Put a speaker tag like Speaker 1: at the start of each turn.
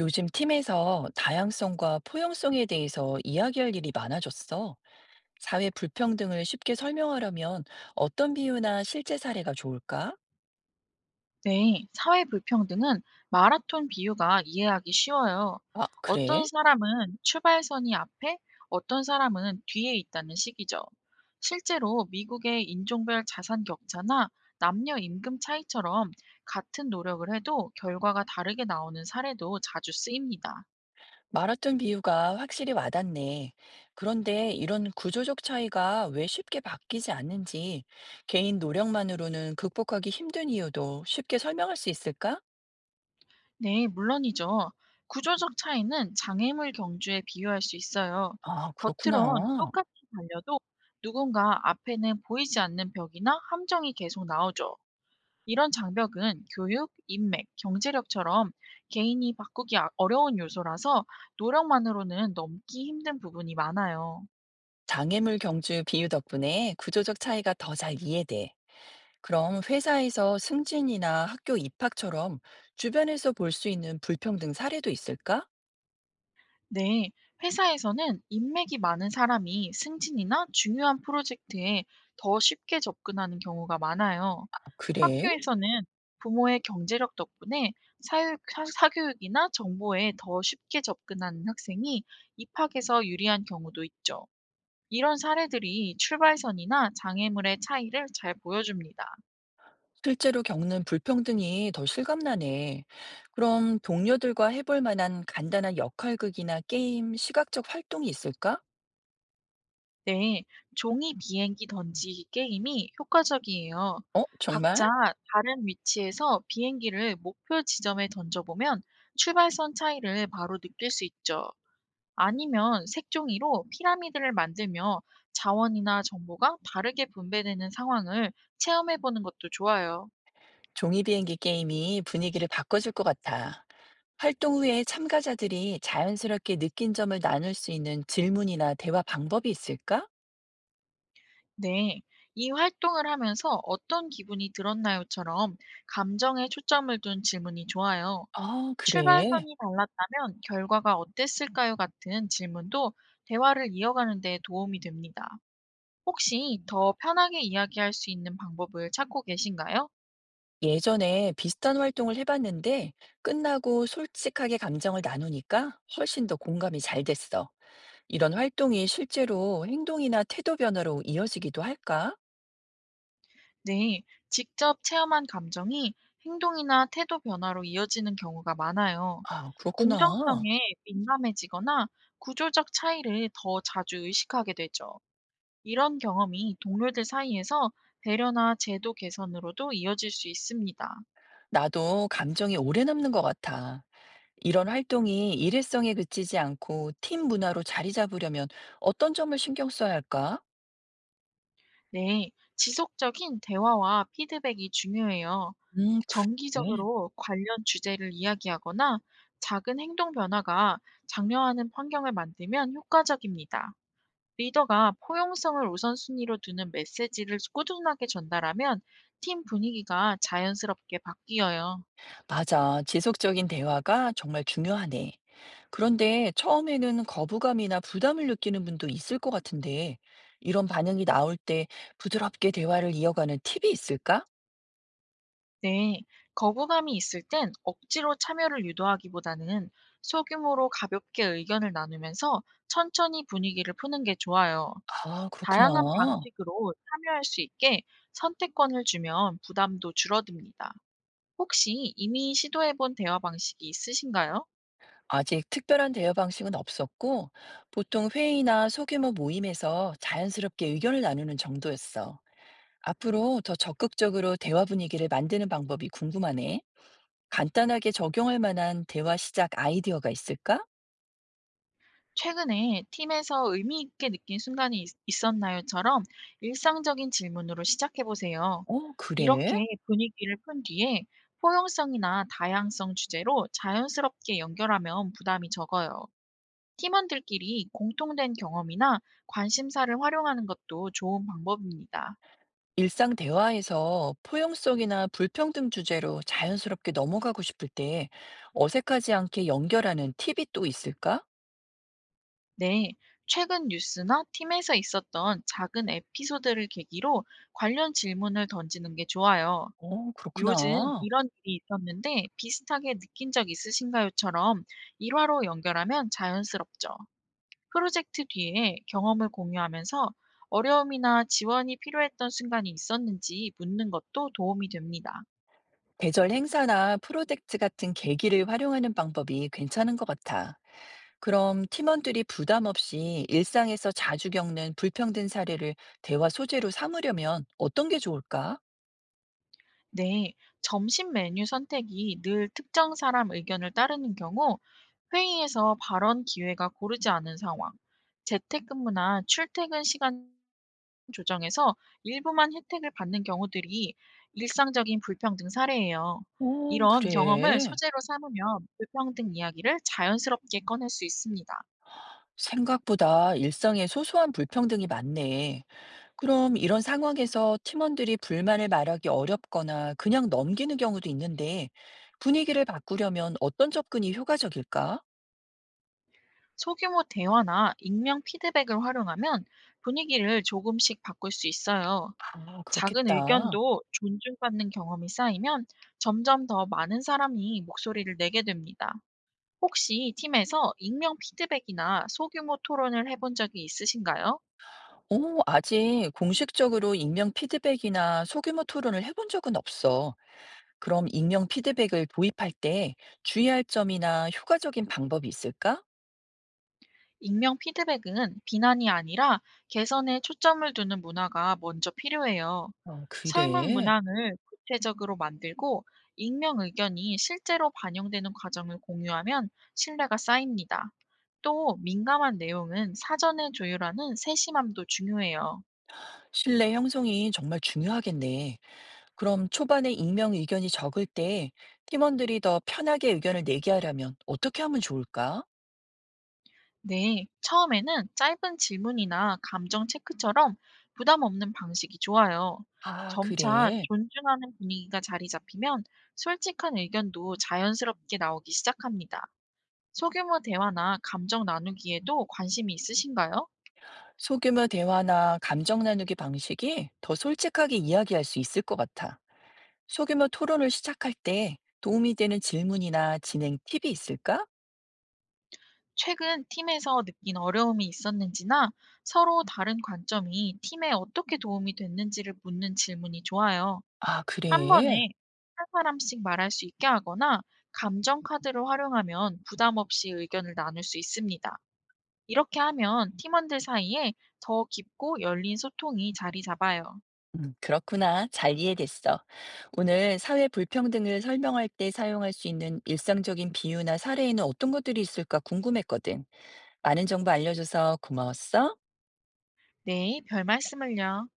Speaker 1: 요즘 팀에서 다양성과 포용성에 대해서 이야기할 일이 많아졌어. 사회 불평등을 쉽게 설명하려면 어떤 비유나 실제 사례가 좋을까?
Speaker 2: 네, 사회 불평등은 마라톤 비유가 이해하기 쉬워요.
Speaker 1: 아, 그래?
Speaker 2: 어떤 사람은 출발선이 앞에, 어떤 사람은 뒤에 있다는 식이죠. 실제로 미국의 인종별 자산 격차나 남녀 임금 차이처럼 같은 노력을 해도 결과가 다르게 나오는 사례도 자주 쓰입니다.
Speaker 1: 마라톤 비유가 확실히 와닿네. 그런데 이런 구조적 차이가 왜 쉽게 바뀌지 않는지, 개인 노력만으로는 극복하기 힘든 이유도 쉽게 설명할 수 있을까?
Speaker 2: 네, 물론이죠. 구조적 차이는 장애물 경주에 비유할 수 있어요.
Speaker 1: 아,
Speaker 2: 겉으론
Speaker 1: 그렇구나.
Speaker 2: 똑같이 달려도 누군가 앞에는 보이지 않는 벽이나 함정이 계속 나오죠. 이런 장벽은 교육, 인맥, 경제력처럼 개인이 바꾸기 어려운 요소라서 노력만으로는 넘기 힘든 부분이 많아요.
Speaker 1: 장애물 경주 비유 덕분에 구조적 차이가 더 잘 이해돼. 그럼 회사에서 승진이나 학교 입학처럼 주변에서 볼 수 있는 불평등 사례도 있을까?
Speaker 2: 네, 회사에서는 인맥이 많은 사람이 승진이나 중요한 프로젝트에 더 쉽게 접근하는 경우가 많아요.
Speaker 1: 아, 그래?
Speaker 2: 학교에서는 부모의 경제력 덕분에 사교육이나 정보에 더 쉽게 접근하는 학생이 입학에서 유리한 경우도 있죠. 이런 사례들이 출발선이나 장애물의 차이를 잘 보여줍니다.
Speaker 1: 실제로 겪는 불평등이 더 실감나네. 그럼 동료들과 해볼 만한 간단한 역할극이나 게임, 시각적 활동이 있을까?
Speaker 2: 네, 종이 비행기 던지기 게임이 효과적이에요.
Speaker 1: 어, 정말?
Speaker 2: 각자 다른 위치에서 비행기를 목표 지점에 던져보면 출발선 차이를 바로 느낄 수 있죠. 아니면 색종이로 피라미드를 만들며 자원이나 정보가 다르게 분배되는 상황을 체험해 보는 것도 좋아요.
Speaker 1: 종이 비행기 게임이 분위기를 바꿔줄 것 같아. 활동 후에 참가자들이 자연스럽게 느낀 점을 나눌 수 있는 질문이나 대화 방법이 있을까?
Speaker 2: 네. 이 활동을 하면서 어떤 기분이 들었나요?처럼 감정에 초점을 둔 질문이 좋아요.
Speaker 1: 아, 그래.
Speaker 2: 출발선이 달랐다면 결과가 어땠을까요? 같은 질문도 대화를 이어가는 데 도움이 됩니다. 혹시 더 편하게 이야기할 수 있는 방법을 찾고 계신가요?
Speaker 1: 예전에 비슷한 활동을 해봤는데 끝나고 솔직하게 감정을 나누니까 훨씬 더 공감이 잘 됐어. 이런 활동이 실제로 행동이나 태도 변화로 이어지기도 할까?
Speaker 2: 네, 직접 체험한 감정이 행동이나 태도 변화로 이어지는 경우가 많아요.
Speaker 1: 아, 그렇구나.
Speaker 2: 공정성에 민감해지거나 구조적 차이를 더 자주 의식하게 되죠. 이런 경험이 동료들 사이에서 배려나 제도 개선으로도 이어질 수 있습니다.
Speaker 1: 나도 감정이 오래 남는 것 같아. 이런 활동이 일회성에 그치지 않고 팀 문화로 자리 잡으려면 어떤 점을 신경 써야 할까?
Speaker 2: 네, 지속적인 대화와 피드백이 중요해요.
Speaker 1: 음, 그래.
Speaker 2: 정기적으로 관련 주제를 이야기하거나 작은 행동 변화가 장려하는 환경을 만들면 효과적입니다. 리더가 포용성을 우선순위로 두는 메시지를 꾸준하게 전달하면 팀 분위기가 자연스럽게 바뀌어요.
Speaker 1: 맞아. 지속적인 대화가 정말 중요하네. 그런데 처음에는 거부감이나 부담을 느끼는 분도 있을 것 같은데, 이런 반응이 나올 때 부드럽게 대화를 이어가는 팁이 있을까?
Speaker 2: 네, 거부감이 있을 땐 억지로 참여를 유도하기보다는 소규모로 가볍게 의견을 나누면서 천천히 분위기를 푸는 게 좋아요.
Speaker 1: 아, 그렇구나.
Speaker 2: 다양한 방식으로 참여할 수 있게 선택권을 주면 부담도 줄어듭니다. 혹시 이미 시도해본 대화 방식이 있으신가요?
Speaker 1: 아직 특별한 대화 방식은 없었고, 보통 회의나 소규모 모임에서 자연스럽게 의견을 나누는 정도였어. 앞으로 더 적극적으로 대화 분위기를 만드는 방법이 궁금하네. 간단하게 적용할 만한 대화 시작 아이디어가 있을까?
Speaker 2: 최근에 팀에서 의미 있게 느낀 순간이 있었나요?처럼 일상적인 질문으로 시작해 보세요.
Speaker 1: 어, 그래?
Speaker 2: 이렇게 분위기를 푼 뒤에 포용성이나 다양성 주제로 자연스럽게 연결하면 부담이 적어요. 팀원들끼리 공통된 경험이나 관심사를 활용하는 것도 좋은 방법입니다.
Speaker 1: 일상 대화에서 포용성이나 불평등 주제로 자연스럽게 넘어가고 싶을 때 어색하지 않게 연결하는 팁이 또 있을까?
Speaker 2: 네, 최근 뉴스나 팀에서 있었던 작은 에피소드를 계기로 관련 질문을 던지는 게 좋아요.
Speaker 1: 어,
Speaker 2: "요즘
Speaker 1: 그렇구나.
Speaker 2: 이런 일이 있었는데 비슷하게 느낀 적 있으신가요?"처럼 일화로 연결하면 자연스럽죠. 프로젝트 뒤에 경험을 공유하면서 어려움이나 지원이 필요했던 순간이 있었는지 묻는 것도 도움이 됩니다.
Speaker 1: 계절 행사나 프로젝트 같은 계기를 활용하는 방법이 괜찮은 것 같아. 그럼 팀원들이 부담 없이 일상에서 자주 겪는 불평등 사례를 대화 소재로 삼으려면 어떤 게 좋을까?
Speaker 2: 네, 점심 메뉴 선택이 늘 특정 사람 의견을 따르는 경우, 회의에서 발언 기회가 고르지 않은 상황, 재택근무나 출퇴근 시간 조정에서 일부만 혜택을 받는 경우들이 일상적인 불평등 사례예요.
Speaker 1: 오,
Speaker 2: 이런 경험을
Speaker 1: 그래.
Speaker 2: 소재로 삼으면 불평등 이야기를 자연스럽게 꺼낼 수 있습니다.
Speaker 1: 생각보다 일상에 소소한 불평등이 많네. 그럼 이런 상황에서 팀원들이 불만을 말하기 어렵거나 그냥 넘기는 경우도 있는데 분위기를 바꾸려면 어떤 접근이 효과적일까?
Speaker 2: 소규모 대화나 익명 피드백을 활용하면 분위기를 조금씩 바꿀 수 있어요.
Speaker 1: 아,
Speaker 2: 작은
Speaker 1: 그렇겠다.
Speaker 2: 의견도 존중받는 경험이 쌓이면 점점 더 많은 사람이 목소리를 내게 됩니다. 혹시 팀에서 익명 피드백이나 소규모 토론을 해본 적이 있으신가요?
Speaker 1: 오, 아직 공식적으로 익명 피드백이나 소규모 토론을 해본 적은 없어. 그럼 익명 피드백을 도입할 때 주의할 점이나 효과적인 방법이 있을까?
Speaker 2: 익명 피드백은 비난이 아니라 개선에 초점을 두는 문화가 먼저 필요해요.
Speaker 1: 어,
Speaker 2: 설문
Speaker 1: 그래.
Speaker 2: 문항을 구체적으로 만들고 익명 의견이 실제로 반영되는 과정을 공유하면 신뢰가 쌓입니다. 또 민감한 내용은 사전에 조율하는 세심함도 중요해요.
Speaker 1: 신뢰 형성이 정말 중요하겠네. 그럼 초반에 익명 의견이 적을 때 팀원들이 더 편하게 의견을 내게 하려면 어떻게 하면 좋을까?
Speaker 2: 네, 처음에는 짧은 질문이나 감정 체크처럼 부담 없는 방식이 좋아요.
Speaker 1: 아,
Speaker 2: 점차
Speaker 1: 그래.
Speaker 2: 존중하는 분위기가 자리 잡히면 솔직한 의견도 자연스럽게 나오기 시작합니다. 소규모 대화나 감정 나누기에도 관심이 있으신가요?
Speaker 1: 소규모 대화나 감정 나누기 방식이 더 솔직하게 이야기할 수 있을 것 같아. 소규모 토론을 시작할 때 도움이 되는 질문이나 진행 팁이 있을까?
Speaker 2: 최근 팀에서 느낀 어려움이 있었는지나 서로 다른 관점이 팀에 어떻게 도움이 됐는지를 묻는 질문이 좋아요.
Speaker 1: 아,
Speaker 2: 한
Speaker 1: 그래.
Speaker 2: 번에 한 사람씩 말할 수 있게 하거나 감정 카드를 활용하면 부담 없이 의견을 나눌 수 있습니다. 이렇게 하면 팀원들 사이에 더 깊고 열린 소통이 자리 잡아요.
Speaker 1: 그렇구나. 잘 이해됐어. 오늘 사회 불평등을 설명할 때 사용할 수 있는 일상적인 비유나 사례에는 어떤 것들이 있을까 궁금했거든. 많은 정보 알려줘서 고마웠어.
Speaker 2: 네, 별 말씀을요.